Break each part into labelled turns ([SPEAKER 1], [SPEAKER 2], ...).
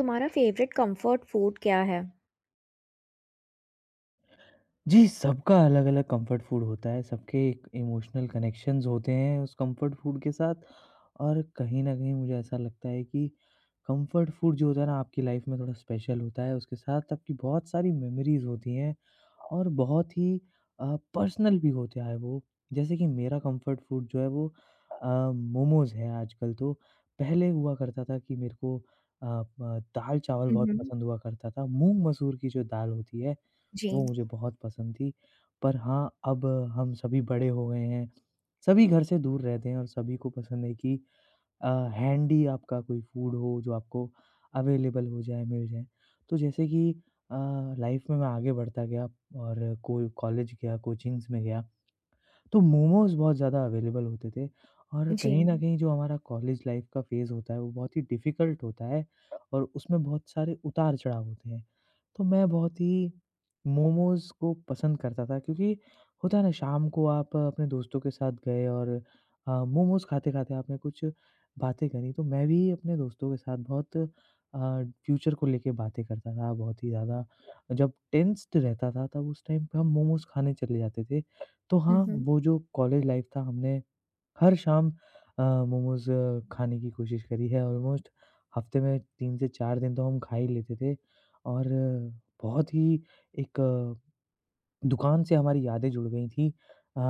[SPEAKER 1] तुम्हारा favourite comfort food क्या है?
[SPEAKER 2] जी, सबका अलग-अलग कंफर्ट फूड होता है, सबके एक इमोशनल कनेक्शंस होते हैं उस कंफर्ट फूड के साथ। और कहीं न कहीं मुझे ऐसा लगता है कि कंफर्ट फूड जो होता है ना आपकी लाइफ में थोड़ा स्पेशल होता है, उसके साथ आपकी बहुत सारी मेमोरीज़ होती हैं और बहुत ही पर्सनल भी होता है वो। जैसे कि मेरा कंफर्ट फूड जो है वो मोमोज़ है आजकल तो। पहले हुआ करता था कि मेरे को अ, ब दाल-चावल
[SPEAKER 1] हुँ,
[SPEAKER 2] बहुत
[SPEAKER 1] हुँ।
[SPEAKER 2] पसंद हुआ करता था, मूँग मसूर की जो दाल होती है वो
[SPEAKER 1] जी।
[SPEAKER 2] मुझे बहुत पसंद थी। पर हाँ, अब हम सभी बड़े हो गए हैं, सभी घर से दूर रहते हैं और सभी को पसंद है कि अ, हैंडी आपका कोई फूड हो जो आपको अवेलेबल हो जाए, मिल जाए। तो जैसे कि अ, लाइफ़ में मैं आगे बढ़ता गया और कोई कॉलेज गया, कोचिंग्स में गया तो मोमोज़ बहुत ज़्यादा अवेलेबल होते थे। और कहीं न
[SPEAKER 1] जी।
[SPEAKER 2] कहीं जो हमारा कॉलेज लाइफ़ का फ़ेज़ होता है, वो बहुत ही डिफ़िकल्ट होता है और उसमें बहुत सारे उतार-चढ़ाव होते हैं। तो मैं बहुत ही मोमोज़ को पसंद करता था, क्योंकि होता है ना शाम को आप अपने दोस्तों के साथ गए और मोमोज़ खाते-खाते आपने कुछ बातें करी, तो मैं भी अपने दोस्तों के साथ बहुत फ्यूचर को लेके बातें करता था बहुत ही ज़्यादा। जब टेंस्ड रहता था तब उस टाइम पे हम मोमोज़ खाने चले जाते थे। तो
[SPEAKER 1] हुँ,
[SPEAKER 2] हाँ,
[SPEAKER 1] हुँ।
[SPEAKER 2] वो जो कॉलेज लाइफ़ था हमने हर शाम मोमोज़ खाने की कोशिश करी है ऑलमोस्ट। हफ़्ते में 3 से 4 दिन तो हम खा ही लेते थे और बहुत ही एक दुकान से हमारी यादें जुड़ गई थी। अ,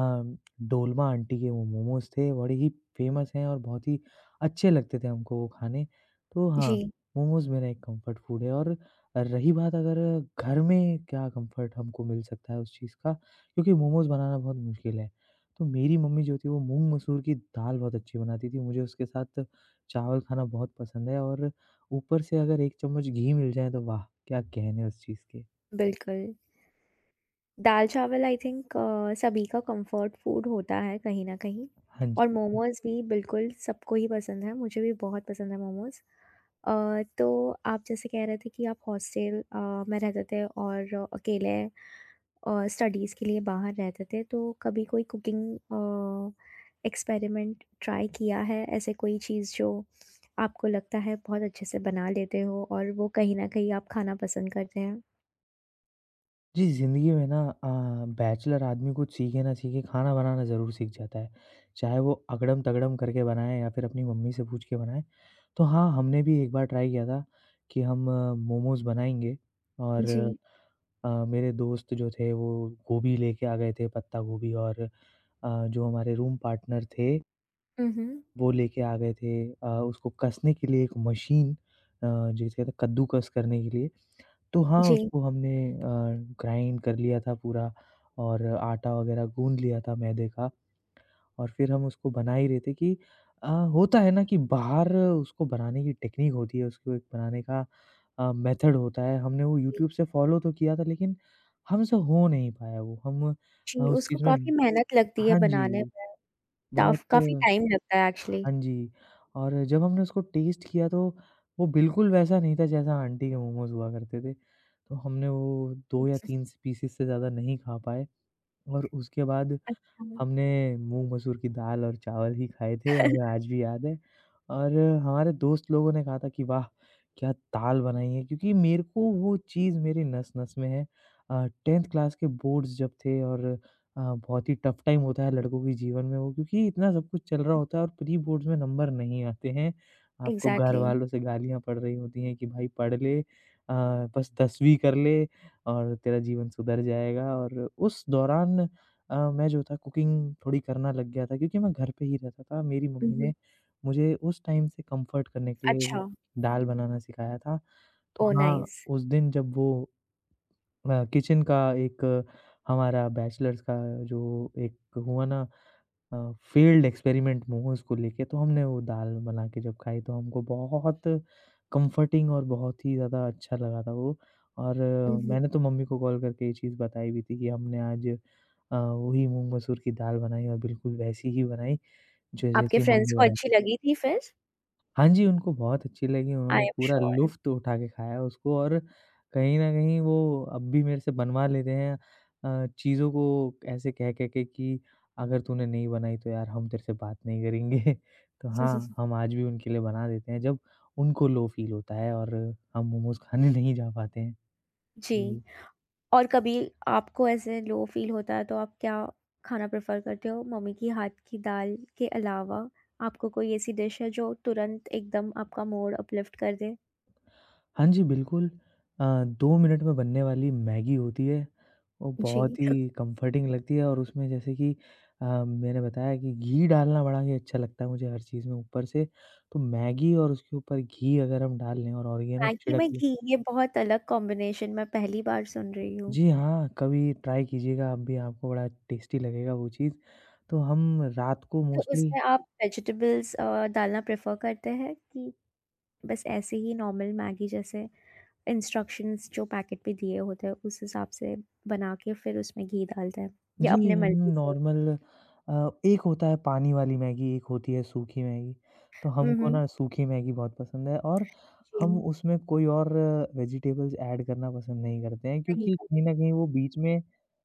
[SPEAKER 2] डोलमा आंटी के वो मोमोज़ थे, बड़े ही फ़ेमस हैं और बहुत ही अच्छे लगते थे हमको वो खाने। तो हाँ,
[SPEAKER 1] जी,
[SPEAKER 2] मोमोज़ मेरा एक कम्फ़र्ट फ़ूड है। और रही बात अगर घर में क्या कम्फ़र्ट हमको मिल सकता है उस चीज़ का, क्योंकि मोमोज़ बनाना बहुत मुश्किल है। तो मेरी मम्मी जो थी वो मूँग मसूर की दाल बहुत अच्छी बनाती थी, मुझे उसके साथ चावल खाना बहुत पसंद है और ऊपर से अगर 1 चम्मच घी मिल जाए तो वाह! क्या कहने उस चीज़ के।
[SPEAKER 1] बिल्कुल। दाल-चावल आई थिंक सभी का कम्फ़र्ट फ़ूड होता है कहीं न कहीं।
[SPEAKER 2] हाँ
[SPEAKER 1] और
[SPEAKER 2] जी।
[SPEAKER 1] मोमोज़ भी बिल्कुल सबको ही पसंद है, मुझे भी बहुत पसंद है मोमोज़। तो आप जैसे कह रहे थे कि आप हॉस्टल में रहते थे और अकेले स्टडीज़ के लिए बाहर रहते थे, तो कभी कोई कुकिंग एक्सपेरिमेंट ट्राई किया है? ऐसे कोई चीज़ जो आपको लगता है बहुत अच्छे से बना लेते हो और वो कहीं ना कहीं आप खाना पसंद करते हैं?
[SPEAKER 2] जी, ज़िंदगी में ना अ, बैचलर आदमी कुछ सीखे ना सीखे खाना बनाना ज़रूर सीख जाता है। चाहे वो अगड़म-तगड़म करके बनाए या फिर अपनी मम्मी से पूछ के बनाए। तो हाँ, हमने भी एक बार ट्राई किया था कि हम मोमोज़ बनाएँगे, और
[SPEAKER 1] जी।
[SPEAKER 2] मेरे दोस्त जो थे वो गोभी लेके आ गए थे, पत्ता गोभी। और जो हमारे रूम पार्टनर थे
[SPEAKER 1] हम्म।
[SPEAKER 2] वो लेके आ गए थे उसको कसने के लिए एक मशीन, जिसे कहते हैं कद्दूकस करने के लिए। तो हाँ,
[SPEAKER 1] जी।
[SPEAKER 2] उसको हमने ग्राइंड कर लिया था पूरा और आटा वगैरह गूँध लिया था मैदे का। और फिर हम उसको बना ही रहे थे कि अ, होता है ना कि बाहर उसको बनाने की टेक्नीक होती है, उसको एक बनाने का मेथड होता है। हमने वो
[SPEAKER 1] जी।
[SPEAKER 2] यूट्यूब से फ़ॉलो तो किया था, लेकिन हमसे हो नहीं पाया वो। हम
[SPEAKER 1] जी,
[SPEAKER 2] उस
[SPEAKER 1] उसको
[SPEAKER 2] चीज़ में।
[SPEAKER 1] काफ़ी मेहनत लगती है
[SPEAKER 2] हाँ
[SPEAKER 1] बनाने
[SPEAKER 2] जी,
[SPEAKER 1] में।
[SPEAKER 2] बहुत।
[SPEAKER 1] टफ, काफ़ी टाइम लगता है एक्चुअली।
[SPEAKER 2] हाँ जी, और जब हमने उसको टेस्ट किया तो वो बिल्कुल वैसा नहीं था जैसा आंटी के मोमोज़ हुआ करते थे। तो हमने वो 2 या 3 पीसेस से ज़्यादा नहीं खा पाए और उसके बाद
[SPEAKER 1] अच्छा।
[SPEAKER 2] हमने मूँग मसूर की दाल और चावल ही खाए थे, हमें आज भी याद है। और हमारे दोस्त लोगों ने कहा था कि वाह! क्या दाल बनाई है, क्योंकि मेरे को वो चीज़ मेरी नस-नस में है। 10th क्लास के बोर्ड्स जब थे, और बहुत ही टफ टाइम होता है लड़कों के जीवन में वो, क्योंकि इतना सब कुछ चल रहा होता है और प्री बोर्ड्स में नंबर नहीं आते हैं। आपको
[SPEAKER 1] एग्जैक्टली।
[SPEAKER 2] घरवालों से गालियाँ पड़ रही होती हैं कि भाई पढ़ ले, बस 10वीं कर ले और तेरा जीवन सुधर जाएगा। और उस दौरान मैं जो था कुकिंग थोड़ी करना लग गया था क्योंकि मैं घर पे ही रहता था। मेरी मम्मी ने
[SPEAKER 1] हम्म।
[SPEAKER 2] मुझे उस टाइम से कम्फर्ट करने के लिए वो
[SPEAKER 1] अच्छा।
[SPEAKER 2] दाल बनाना सिखाया था। तो
[SPEAKER 1] ओ
[SPEAKER 2] हाँ,
[SPEAKER 1] नाइस।
[SPEAKER 2] उस दिन जब वो किचन का एक हमारा बैचलर्स का जो एक हुआ ना अ, फ़ील्ड एक्सपेरिमेंट मोमोज़ को लेके, तो हमने वो दाल बना के जब खाई तो हमको बहुत कम्फ़र्टिंग और बहुत ही ज़्यादा अच्छा लगा था वो। और
[SPEAKER 1] हम्म।
[SPEAKER 2] मैंने तो मम्मी को कॉल करके ये चीज़ बताई भी थी कि हमने आज वही मूँग मसूर की दाल बनाई और बिल्कुल वैसी ही बनाई जो
[SPEAKER 1] आपके
[SPEAKER 2] जैसी
[SPEAKER 1] फ्रेंड्स
[SPEAKER 2] मम्मी
[SPEAKER 1] को अच्छी
[SPEAKER 2] बनाती थी।
[SPEAKER 1] लगी थी फिर?
[SPEAKER 2] हाँ जी, उनको बहुत अच्छी लगी, उन्होंने
[SPEAKER 1] आई एम
[SPEAKER 2] पूरा
[SPEAKER 1] श्योर।
[SPEAKER 2] लुफ़्त उठा के खाया उसको, और कहीं न कहीं वो अब भी मेरे से बनवा लेते हैं चीज़ों को ऐसे कह कह के कि अगर तूने नहीं बनाई तो यार हम तेरे से बात नहीं करेंगे। तो हाँ, हम आज भी उनके लिए बना देते हैं जब उनको लो फ़ील होता है और हम मोमोज़ खाने नहीं जा पाते हैं।
[SPEAKER 1] जी।
[SPEAKER 2] जी।
[SPEAKER 1] और कभी आपको ऐसे लो फ़ील होता है तो आप क्या खाना प्रेफ़र करते हो? मम्मी की हाथ की दाल के अलावा आपको कोई ऐसी डिश है जो तुरंत एकदम आपका मूड अपलिफ्ट कर दे?
[SPEAKER 2] हाँ जी, बिल्कुल। अ, 2 मिनट में बनने वाली मैगी होती है, वो
[SPEAKER 1] जी।
[SPEAKER 2] बहुत ही कम्फ़र्टिंग लगती है और उसमें जैसे कि मैंने बताया कि घी डालना बड़ा ही अच्छा लगता है मुझे हर चीज़ में ऊपर से, तो मैगी और उसके ऊपर घी अगर हम डाल लें और ऑरिगेनो
[SPEAKER 1] मैगी
[SPEAKER 2] छिड़क
[SPEAKER 1] में
[SPEAKER 2] लें।
[SPEAKER 1] घी, ये बहुत अलग कॉम्बिनेशन मैं पहली बार सुन रही हूँ।
[SPEAKER 2] जी हाँ, कभी ट्राई कीजिएगा आप भी, आपको बड़ा टेस्टी लगेगा वो चीज़। तो हम रात को
[SPEAKER 1] तो
[SPEAKER 2] मोस्टली।
[SPEAKER 1] उसमें आप वेजिटेबल्स डालना प्रेफ़र करते हैं, कि बस ऐसे ही नॉर्मल मैगी जैसे इंस्ट्रक्शंस जो पैकेट में दिए होते हैं उस हिसाब से बना के फिर उसमें घी डालते हैं, या
[SPEAKER 2] जी,
[SPEAKER 1] अपने
[SPEAKER 2] हम
[SPEAKER 1] मर्ज़ी से?
[SPEAKER 2] नॉर्मल अ, एक होता है पानी वाली मैगी, एक होती है सूखी मैगी। तो
[SPEAKER 1] हुँ,
[SPEAKER 2] हमको
[SPEAKER 1] हुँ।
[SPEAKER 2] ना सूखी मैगी बहुत पसंद है और हम
[SPEAKER 1] जी।
[SPEAKER 2] उसमें कोई और वेजिटेबल्स ऐड करना पसंद नहीं करते हैं,
[SPEAKER 1] नहीं।
[SPEAKER 2] क्योंकि कहीं न कहीं वो बीच में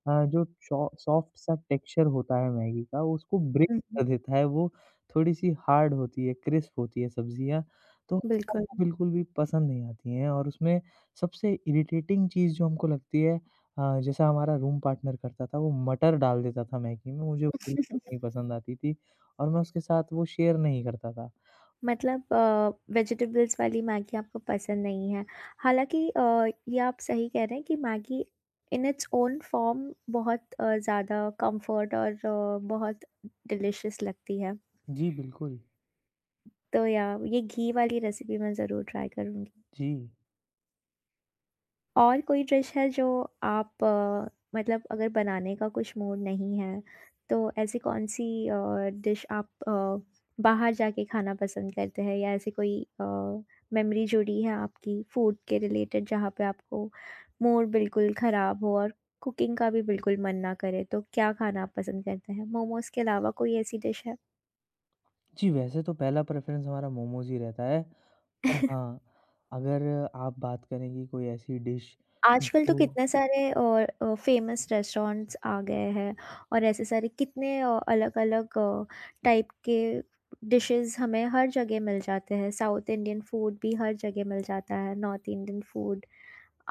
[SPEAKER 2] जो सॉ सॉफ्ट सा टेक्सचर होता है मैगी का, वो उसको ब्रेक
[SPEAKER 1] हुँ, हुँ।
[SPEAKER 2] कर देता है। वो थोड़ी-सी हार्ड होती है, क्रिस्प होती है सब्ज़ियाँ, तो
[SPEAKER 1] बिल्कुल।
[SPEAKER 2] हमको बिल्कुल भी पसंद नहीं आती हैं। और उसमें सबसे इरिटेटिंग चीज़ जो हमको लगती है, हाँ, जैसा हमारा रूम पार्टनर करता था, वो मटर डाल देता था मैगी में, मुझे वो बिल्कुल नहीं पसंद आती थी और मैं उसके साथ वो शेयर नहीं करता था।
[SPEAKER 1] मतलब वेजिटेबल्स वाली मैगी आपको पसंद नहीं है। हालाँकि ये आप सही कह रहे हैं कि Maggi in its own form बहुत ज़्यादा कम्फर्ट और बहुत डिलिशियस लगती है।
[SPEAKER 2] जी, बिल्कुल।
[SPEAKER 1] तो या ये घी वाली रेसिपी मैं ज़रूर ट्राई करूँगी।
[SPEAKER 2] जी।
[SPEAKER 1] और कोई डिश है जो आप मतलब अगर बनाने का कुछ मूड नहीं है, तो ऐसी कौन-सी डिश आप बाहर जाके खाना पसंद करते हैं? या ऐसी कोई मेमोरी जुड़ी है आपकी फूड के रिलेटेड जहाँ पे आपको मूड बिल्कुल ख़राब हो और कुकिंग का भी बिल्कुल मन ना करे, तो क्या खाना आप पसंद करते हैं? मोमोज़ के अलावा कोई ऐसी डिश है?
[SPEAKER 2] जी, वैसे तो पहला प्रेफ़रेंस हमारा मोमोज़ ही रहता है, पर हाँ, अगर आप बात करें कि कोई ऐसी डिश
[SPEAKER 1] आजकल तो
[SPEAKER 2] जो।
[SPEAKER 1] कितने सारे और फ़ेमस रेस्टोरेंट्स आ गए हैं, और ऐसे सारे कितने अलग-अलग टाइप के डिशेज़ हमें हर जगह मिल जाते हैं। साउथ इंडियन फूड भी हर जगह मिल जाता है, नॉर्थ इंडियन फूड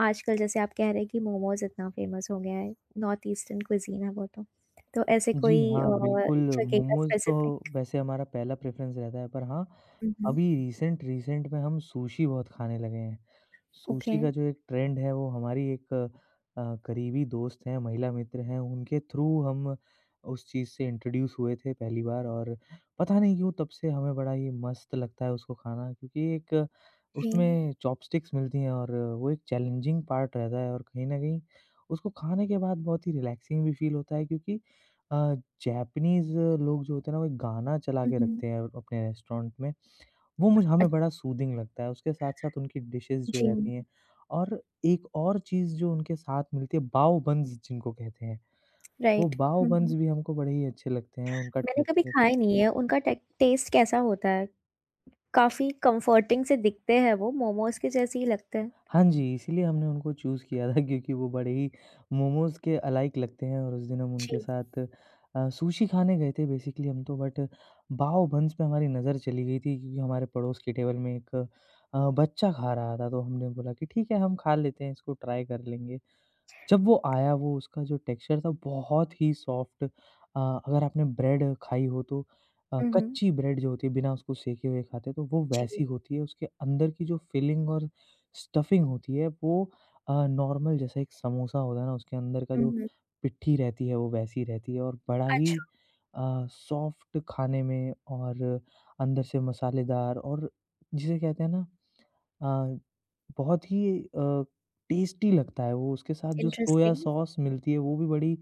[SPEAKER 1] आजकल, जैसे आप कह रहे हैं कि मोमोज़ इतना फ़ेमस हो गया है, नॉर्थ ईस्टर्न क्विज़ीन है वो तो। तो ऐसे
[SPEAKER 2] जी
[SPEAKER 1] कोई
[SPEAKER 2] हाँ, बिल्कुल।
[SPEAKER 1] जगह का
[SPEAKER 2] मोमोज़ तो
[SPEAKER 1] स्पेसिफ़िक।
[SPEAKER 2] वैसे हमारा पहला प्रेफ़रेंस रहता है, पर हाँ,
[SPEAKER 1] हुँ, हुँ।
[SPEAKER 2] अभी रिसेंट रिसेंट में हम सुशी बहुत खाने लगे हैं।
[SPEAKER 1] ओके।
[SPEAKER 2] सुशी का जो एक ट्रेंड है वो हमारी एक करीबी दोस्त हैं, महिला मित्र हैं, उनके थ्रू हम उस चीज़ से इंट्रोड्यूस हुए थे पहली बार। और पता नहीं क्यों तब से हमें बड़ा ही मस्त लगता है उसको खाना, क्योंकि एक
[SPEAKER 1] जी।
[SPEAKER 2] उसमें चॉपस्टिक्स मिलती हैं और वो एक चैलेंजिंग पार्ट रहता है और कहीं न कहीं उसको खाने के बाद बहुत ही रिलैक्सिंग भी फ़ील होता है, क्योंकि अ, जैपनीज़ लोग जो होते हैं ना, वो एक गाना चला
[SPEAKER 1] हुँ,
[SPEAKER 2] के
[SPEAKER 1] हुँ।
[SPEAKER 2] रखते हैं अपने रेस्टोरेंट में। वो मुझे
[SPEAKER 1] अ,
[SPEAKER 2] हमें बड़ा सूदिंग लगता है, उसके साथ-साथ उनकी डिशेज़ जो
[SPEAKER 1] जी।
[SPEAKER 2] रहती हैं। और एक और चीज़ जो उनके साथ मिलती है, बाओ बन्स जिनको कहते हैं। वो
[SPEAKER 1] राइट।
[SPEAKER 2] बाओ
[SPEAKER 1] हुँ,
[SPEAKER 2] बन्स
[SPEAKER 1] हुँ।
[SPEAKER 2] भी हमको बड़े ही अच्छे लगते हैं, उनका
[SPEAKER 1] मैंने कभी
[SPEAKER 2] टेक्सचर।
[SPEAKER 1] खाए नहीं है, उनका टे टेस्ट कैसा होता है? काफ़ी कम्फर्टिंग से दिखते हैं वो, मोमोज़ के जैसे ही लगते हैं।
[SPEAKER 2] हाँ जी, इसीलिए हमने उनको चूज़ किया था, क्योंकि वो बड़े ही मोमोज़ के अलाइक लगते हैं। और उस दिन हम
[SPEAKER 1] जी।
[SPEAKER 2] उनके साथ सुशी खाने गए थे बेसिकली हम तो, बट बाव बन्स पे हमारी नज़र चली गई थी, क्योंकि हमारे पड़ोस की टेबल में एक बच्चा खा रहा था, तो हमने बोला कि ठीक है हम खा लेते हैं इसको, ट्राई कर लेंगे। जब वो आया वो उसका जो टेक्सचर था बहुत ही सॉफ्ट, अगर आपने ब्रेड खाई हो तो
[SPEAKER 1] हुँ, हुँ।
[SPEAKER 2] कच्ची ब्रेड जो होती है बिना उसको सेके हुए खाते तो वो
[SPEAKER 1] जी।
[SPEAKER 2] वैसी होती है, उसके अंदर की जो फिलिंग और स्टफिंग होती है वो नॉर्मल, जैसा एक समोसा होता है ना उसके अंदर का
[SPEAKER 1] हुँ,
[SPEAKER 2] जो
[SPEAKER 1] हुँ।
[SPEAKER 2] पिट्ठी रहती है वो वैसी रहती है, और बड़ा ही
[SPEAKER 1] अच्छा।
[SPEAKER 2] सॉफ्ट खाने में और अंदर से मसालेदार और जिसे कहते हैं ना अ, बहुत ही टेस्टी लगता है वो, उसके साथ जो सोया
[SPEAKER 1] इंटरेस्टिंग।
[SPEAKER 2] सॉस मिलती है वो भी बड़ी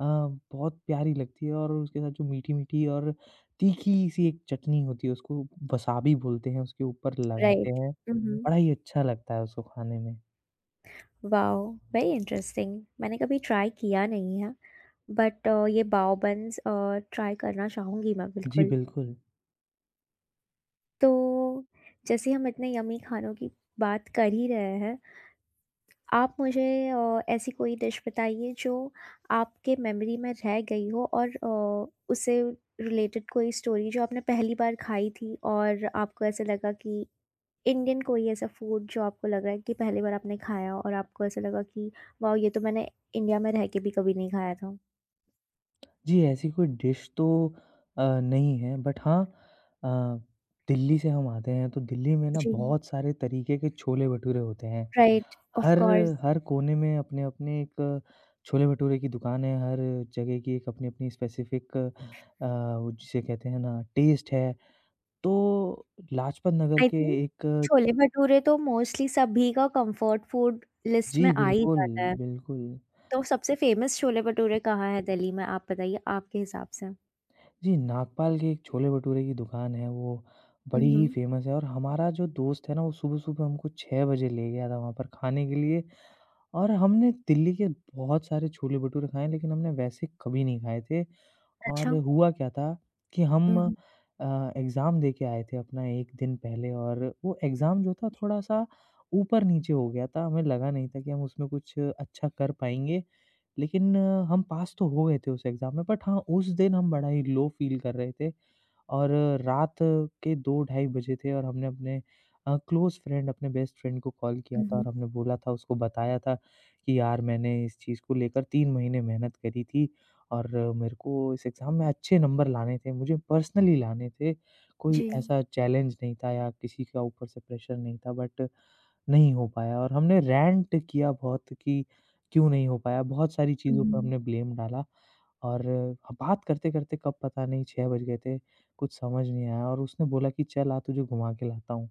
[SPEAKER 2] बहुत प्यारी लगती है, और उसके साथ जो मीठी-मीठी और तीखी-सी एक चटनी होती है उसको वसाबी बोलते हैं, उसके ऊपर लगाते
[SPEAKER 1] राइट।
[SPEAKER 2] हैं,
[SPEAKER 1] हुँ, हुँ।
[SPEAKER 2] बड़ा ही अच्छा लगता है उसको खाने में।
[SPEAKER 1] वॉव! Very interesting. मैंने कभी ट्राई किया नहीं है, बट ये बाव बन्स ट्राई करना चाहूँगी मैं
[SPEAKER 2] जी,
[SPEAKER 1] बिल्कुल।
[SPEAKER 2] बिल्कुल।
[SPEAKER 1] तो जैसे हम इतने यम्मी खानों की बात कर ही रहे हैं, आप मुझे ऐसी कोई डिश बताइए जो आपके मेमोरी में रह गई हो, और उससे रिलेटेड कोई स्टोरी जो आपने पहली बार खाई थी और आपको ऐसा लगा कि इंडियन कोई ऐसा फूड जो आपको लग रहा है कि पहली बार आपने खाया और आपको ऐसा लगा कि वाह, ये तो मैंने इंडिया में रह के भी कभी नहीं खाया था।
[SPEAKER 2] जी, ऐसी कोई डिश तो नहीं है, बट हाँ अ, दिल्ली से हम आते हैं तो दिल्ली में ना
[SPEAKER 1] जी।
[SPEAKER 2] बहुत सारे तरीके के छोले भटूरे होते हैं।
[SPEAKER 1] राइट, ऑफ
[SPEAKER 2] हर
[SPEAKER 1] कोर्स।
[SPEAKER 2] हर कोने में अपने-अपने एक छोले-भटूरे की दुकान है, हर जगह की एक अपनी-अपनी स्पेसिफिक वो जिसे कहते हैं ना टेस्ट है। तो लाजपत नगर
[SPEAKER 1] आई
[SPEAKER 2] के
[SPEAKER 1] थिंक
[SPEAKER 2] एक।
[SPEAKER 1] छोले भटूरे तो मोस्टली सभी का कंफर्ट फूड लिस्ट
[SPEAKER 2] जी
[SPEAKER 1] में आ ही
[SPEAKER 2] बिल्कुल,
[SPEAKER 1] जाता है।
[SPEAKER 2] बिल्कुल।
[SPEAKER 1] तो सबसे फ़ेमस छोले भटूरे कहाँ हैं दिल्ली में? आप बताइए, आपके हिसाब से?
[SPEAKER 2] जी, नागपाल के एक छोले-भटूरे की दुकान है, वो बड़ी
[SPEAKER 1] उहुँ।
[SPEAKER 2] ही फ़ेमस है। और हमारा जो दोस्त है ना, वो सुबह-सुबह हमको 6 बजे ले गया था वहाँ पर खाने के लिए और हमने दिल्ली के बहुत सारे छोले-भटूरे खाए हैं, लेकिन हमने वैसे कभी नहीं खाए थे।
[SPEAKER 1] अच्छा।
[SPEAKER 2] और हुआ क्या था कि हम
[SPEAKER 1] उहुँ,
[SPEAKER 2] एग्ज़ाम देके आए थे अपना 1 दिन पहले, और वो एग्ज़ाम जो था थोड़ा-सा ऊपर-नीचे हो गया था। हमें लगा नहीं था कि हम उसमें कुछ अच्छा कर पाएँगे। लेकिन हम पास तो हो गए थे उस एग्ज़ाम में, बट हाँ, उस दिन हम बड़ा ही लो फ़ील कर रहे थे। और रात के 2 ढाई बजे थे और हमने अपने क्लोज़ फ्रेंड, अपने बेस्ट फ्रेंड को कॉल किया था,
[SPEAKER 1] उहुँ।
[SPEAKER 2] और हमने बोला था, उसको बताया था कि यार, मैंने इस चीज़ को लेकर 3 महीने मेहनत करी थी। और मेरे को इस एग्ज़ाम में अच्छे नंबर लाने थे, मुझे पर्सनली लाने थे। कोई
[SPEAKER 1] जी।
[SPEAKER 2] ऐसा चैलेंज नहीं था या किसी का ऊपर से प्रेशर नहीं था, बट नहीं हो पाया। और हमने रैंट किया बहुत कि क्यों नहीं हो पाया, बहुत सारी चीज़ों पे
[SPEAKER 1] उहुँ।
[SPEAKER 2] हमने ब्लेम डाला। और बात करते-करते कब पता नहीं 6 बज गए थे, कुछ समझ नहीं आया, और उसने बोला कि चल आ, तुझे घुमा के लाता हूँ।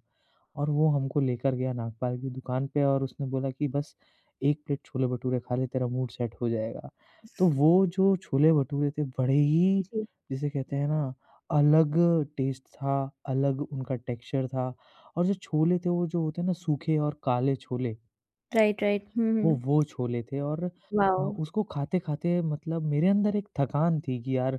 [SPEAKER 2] और वो हमको लेकर गया नागपाल की दुकान पे और उसने बोला कि बस 1 प्लेट छोले-भटूरे खा ले, तेरा मूड सेट हो जाएगा। तो वो जो छोले-भटूरे थे, बड़े ही,
[SPEAKER 1] जी।
[SPEAKER 2] जिसे कहते हैं ना, अलग टेस्ट था, अलग उनका टेक्सचर था। और जो छोले थे, वो जो होते हैं ना, सूखे और काले छोले,
[SPEAKER 1] राइट, राइट। हुँ,
[SPEAKER 2] वो
[SPEAKER 1] हुँ।
[SPEAKER 2] वो छोले थे। और
[SPEAKER 1] वॉव!
[SPEAKER 2] उसको खाते-खाते, मतलब मेरे अंदर एक थकान थी कि यार,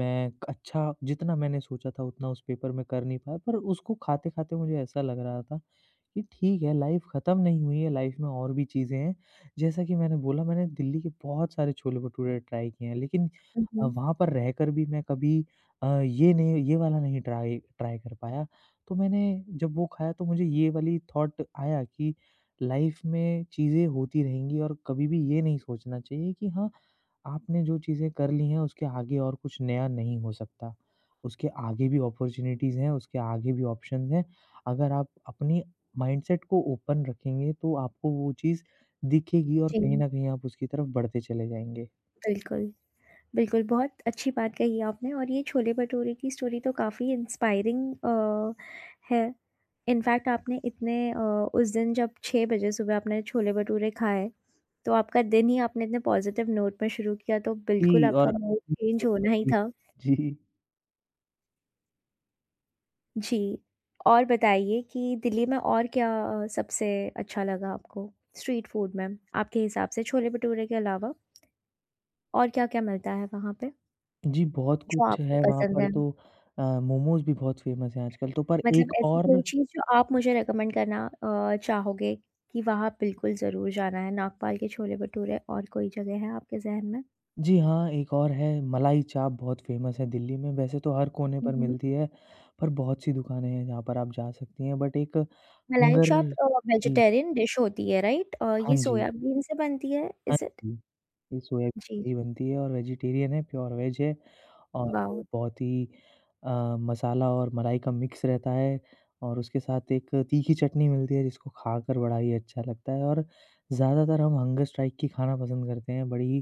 [SPEAKER 2] अच्छा, जितना मैंने सोचा था उतना उस पेपर में कर नहीं पाया। पर उसको खाते-खाते मुझे ऐसा लग रहा था कि ठीक है, लाइफ ख़त्म नहीं हुई है, लाइफ में और भी चीज़ें हैं। जैसा कि मैंने बोला, मैंने दिल्ली के बहुत सारे छोले-भटूरे ट्राई किए हैं, लेकिन
[SPEAKER 1] उहुँ।
[SPEAKER 2] वहाँ पर रहकर भी मैं कभी ये वाला नहीं ट्राई ट्राई कर पाया। तो मैंने जब वो खाया, तो मुझे ये वाली थॉट आया कि लाइफ में चीज़ें होती रहेंगी, और कभी भी ये नहीं सोचना चाहिए कि हाँ, आपने जो चीज़ें कर ली हैं, उसके आगे और कुछ नया नहीं हो सकता। उसके आगे भी अपॉर्च्युनिटीज़ हैं, उसके आगे भी ऑप्शंस हैं। अगर आप अपनी माइंडसेट को ओपन रखेंगे, तो आपको वो चीज़ दिखेगी, और
[SPEAKER 1] जी,
[SPEAKER 2] कहीं न कहीं आप उसकी तरफ बढ़ते चले जाएँगे।
[SPEAKER 1] बिल्कुल। बिल्कुल, बहुत अच्छी बात कही आपने। और ये छोले भटूरे की स्टोरी तो काफ़ी इंस्पायरिंग है। इनफैक्ट आपने इतने उस दिन जब 6 बजे सुबह आपने छोले भटूरे खाए, तो आपका दिन ही आपने इतने पॉज़िटिव नोट में शुरू किया, तो
[SPEAKER 2] जी।
[SPEAKER 1] बिल्कुल आपका
[SPEAKER 2] और
[SPEAKER 1] मूड चेंज होना ही
[SPEAKER 2] जी।
[SPEAKER 1] था।
[SPEAKER 2] जी,
[SPEAKER 1] जी। और बताइए कि दिल्ली में और क्या सबसे अच्छा लगा आपको स्ट्रीट फूड में? आपके हिसाब से छोले-भटूरे के अलावा और क्या-क्या मिलता है वहाँ पे,
[SPEAKER 2] जी, बहुत
[SPEAKER 1] जो
[SPEAKER 2] कुछ
[SPEAKER 1] आपको
[SPEAKER 2] है वहाँ
[SPEAKER 1] पसंद
[SPEAKER 2] पर
[SPEAKER 1] है?
[SPEAKER 2] तो। मोमोज़ भी बहुत फ़ेमस हैं आजकल, तो पर
[SPEAKER 1] मतलब
[SPEAKER 2] एक
[SPEAKER 1] ऐसी
[SPEAKER 2] और,
[SPEAKER 1] कोई चीज़ जो आप मुझे रेकमेंड करना चाहोगे कि वहाँ बिल्कुल ज़रूर जाना है, नागपाल के छोले-भटूरे? और कोई जगह है आपके ज़हन में?
[SPEAKER 2] जी हाँ, एक और है। मलाई चाप बहुत फ़ेमस है दिल्ली में, वैसे तो हर कोने
[SPEAKER 1] हुँ,
[SPEAKER 2] पर
[SPEAKER 1] हुँ।
[SPEAKER 2] मिलती है, पर बहुत-सी दुकानें हैं जहाँ पर आप जा सकती हैं, बट एक
[SPEAKER 1] मलाई
[SPEAKER 2] हंगर।
[SPEAKER 1] चाप
[SPEAKER 2] जी,
[SPEAKER 1] वेजिटेरियन डिश होती है राइट?
[SPEAKER 2] हाँ
[SPEAKER 1] ये
[SPEAKER 2] जी,
[SPEAKER 1] सोयाबीन से बनती है,
[SPEAKER 2] हाँ
[SPEAKER 1] इज़ इट?
[SPEAKER 2] जी, ये सोयाबीन
[SPEAKER 1] जी।
[SPEAKER 2] से ही बनती है और वेजिटेरियन है, प्योर वेज है। और
[SPEAKER 1] वाओ!
[SPEAKER 2] बहुत ही अ, मसाला और मलाई का मिक्स रहता है, और उसके साथ एक तीखी चटनी मिलती है जिसको खाकर बड़ा ही अच्छा लगता है। और ज़्यादातर हम हंगर स्ट्राइक ही खाना पसंद करते हैं, बड़ी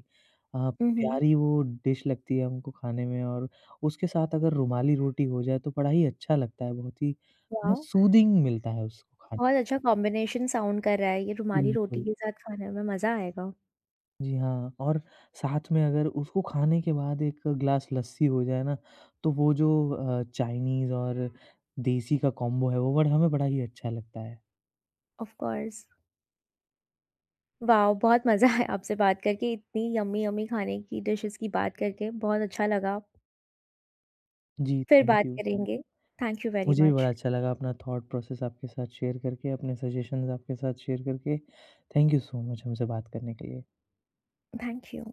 [SPEAKER 2] अ,
[SPEAKER 1] हुँ, हुँ।
[SPEAKER 2] प्यारी वो डिश लगती है हमको खाने में। और उसके साथ अगर रुमाली रोटी हो जाए, तो बड़ा ही अच्छा लगता है, बहुत ही
[SPEAKER 1] वाओ!
[SPEAKER 2] सूदिंग मिलता है उसको खाने।
[SPEAKER 1] बहुत अच्छा कॉम्बिनेशन साउंड कर रहा है, ये रुमाली रोटी
[SPEAKER 2] बिल्कुल।
[SPEAKER 1] के साथ खाने में मज़ा आएगा।
[SPEAKER 2] जी हाँ, और साथ में अगर उसको खाने के बाद एक ग्लास लस्सी हो जाए ना, तो वो जो चाइनीज़ और देसी का कॉम्बो है, वो बड़ा, हमें बड़ा ही अच्छा लगता है।
[SPEAKER 1] Of course. वॉव! बहुत मज़ा आया आपसे बात करके, इतनी यम्मी यम्मी खाने की डिशेज़ की बात करके बहुत अच्छा लगा।
[SPEAKER 2] जी,
[SPEAKER 1] फिर
[SPEAKER 2] थैंक
[SPEAKER 1] बात
[SPEAKER 2] यू।
[SPEAKER 1] करेंगे। थैंक यू वेरी
[SPEAKER 2] मुझे भी बड़ा
[SPEAKER 1] मच।
[SPEAKER 2] अच्छा लगा अपना थॉट प्रोसेस आपके साथ शेयर करके, अपने सजेशंस आपके साथ शेयर करके। थैंक यू सो मच हमसे बात करने के लिए।
[SPEAKER 1] Thank you.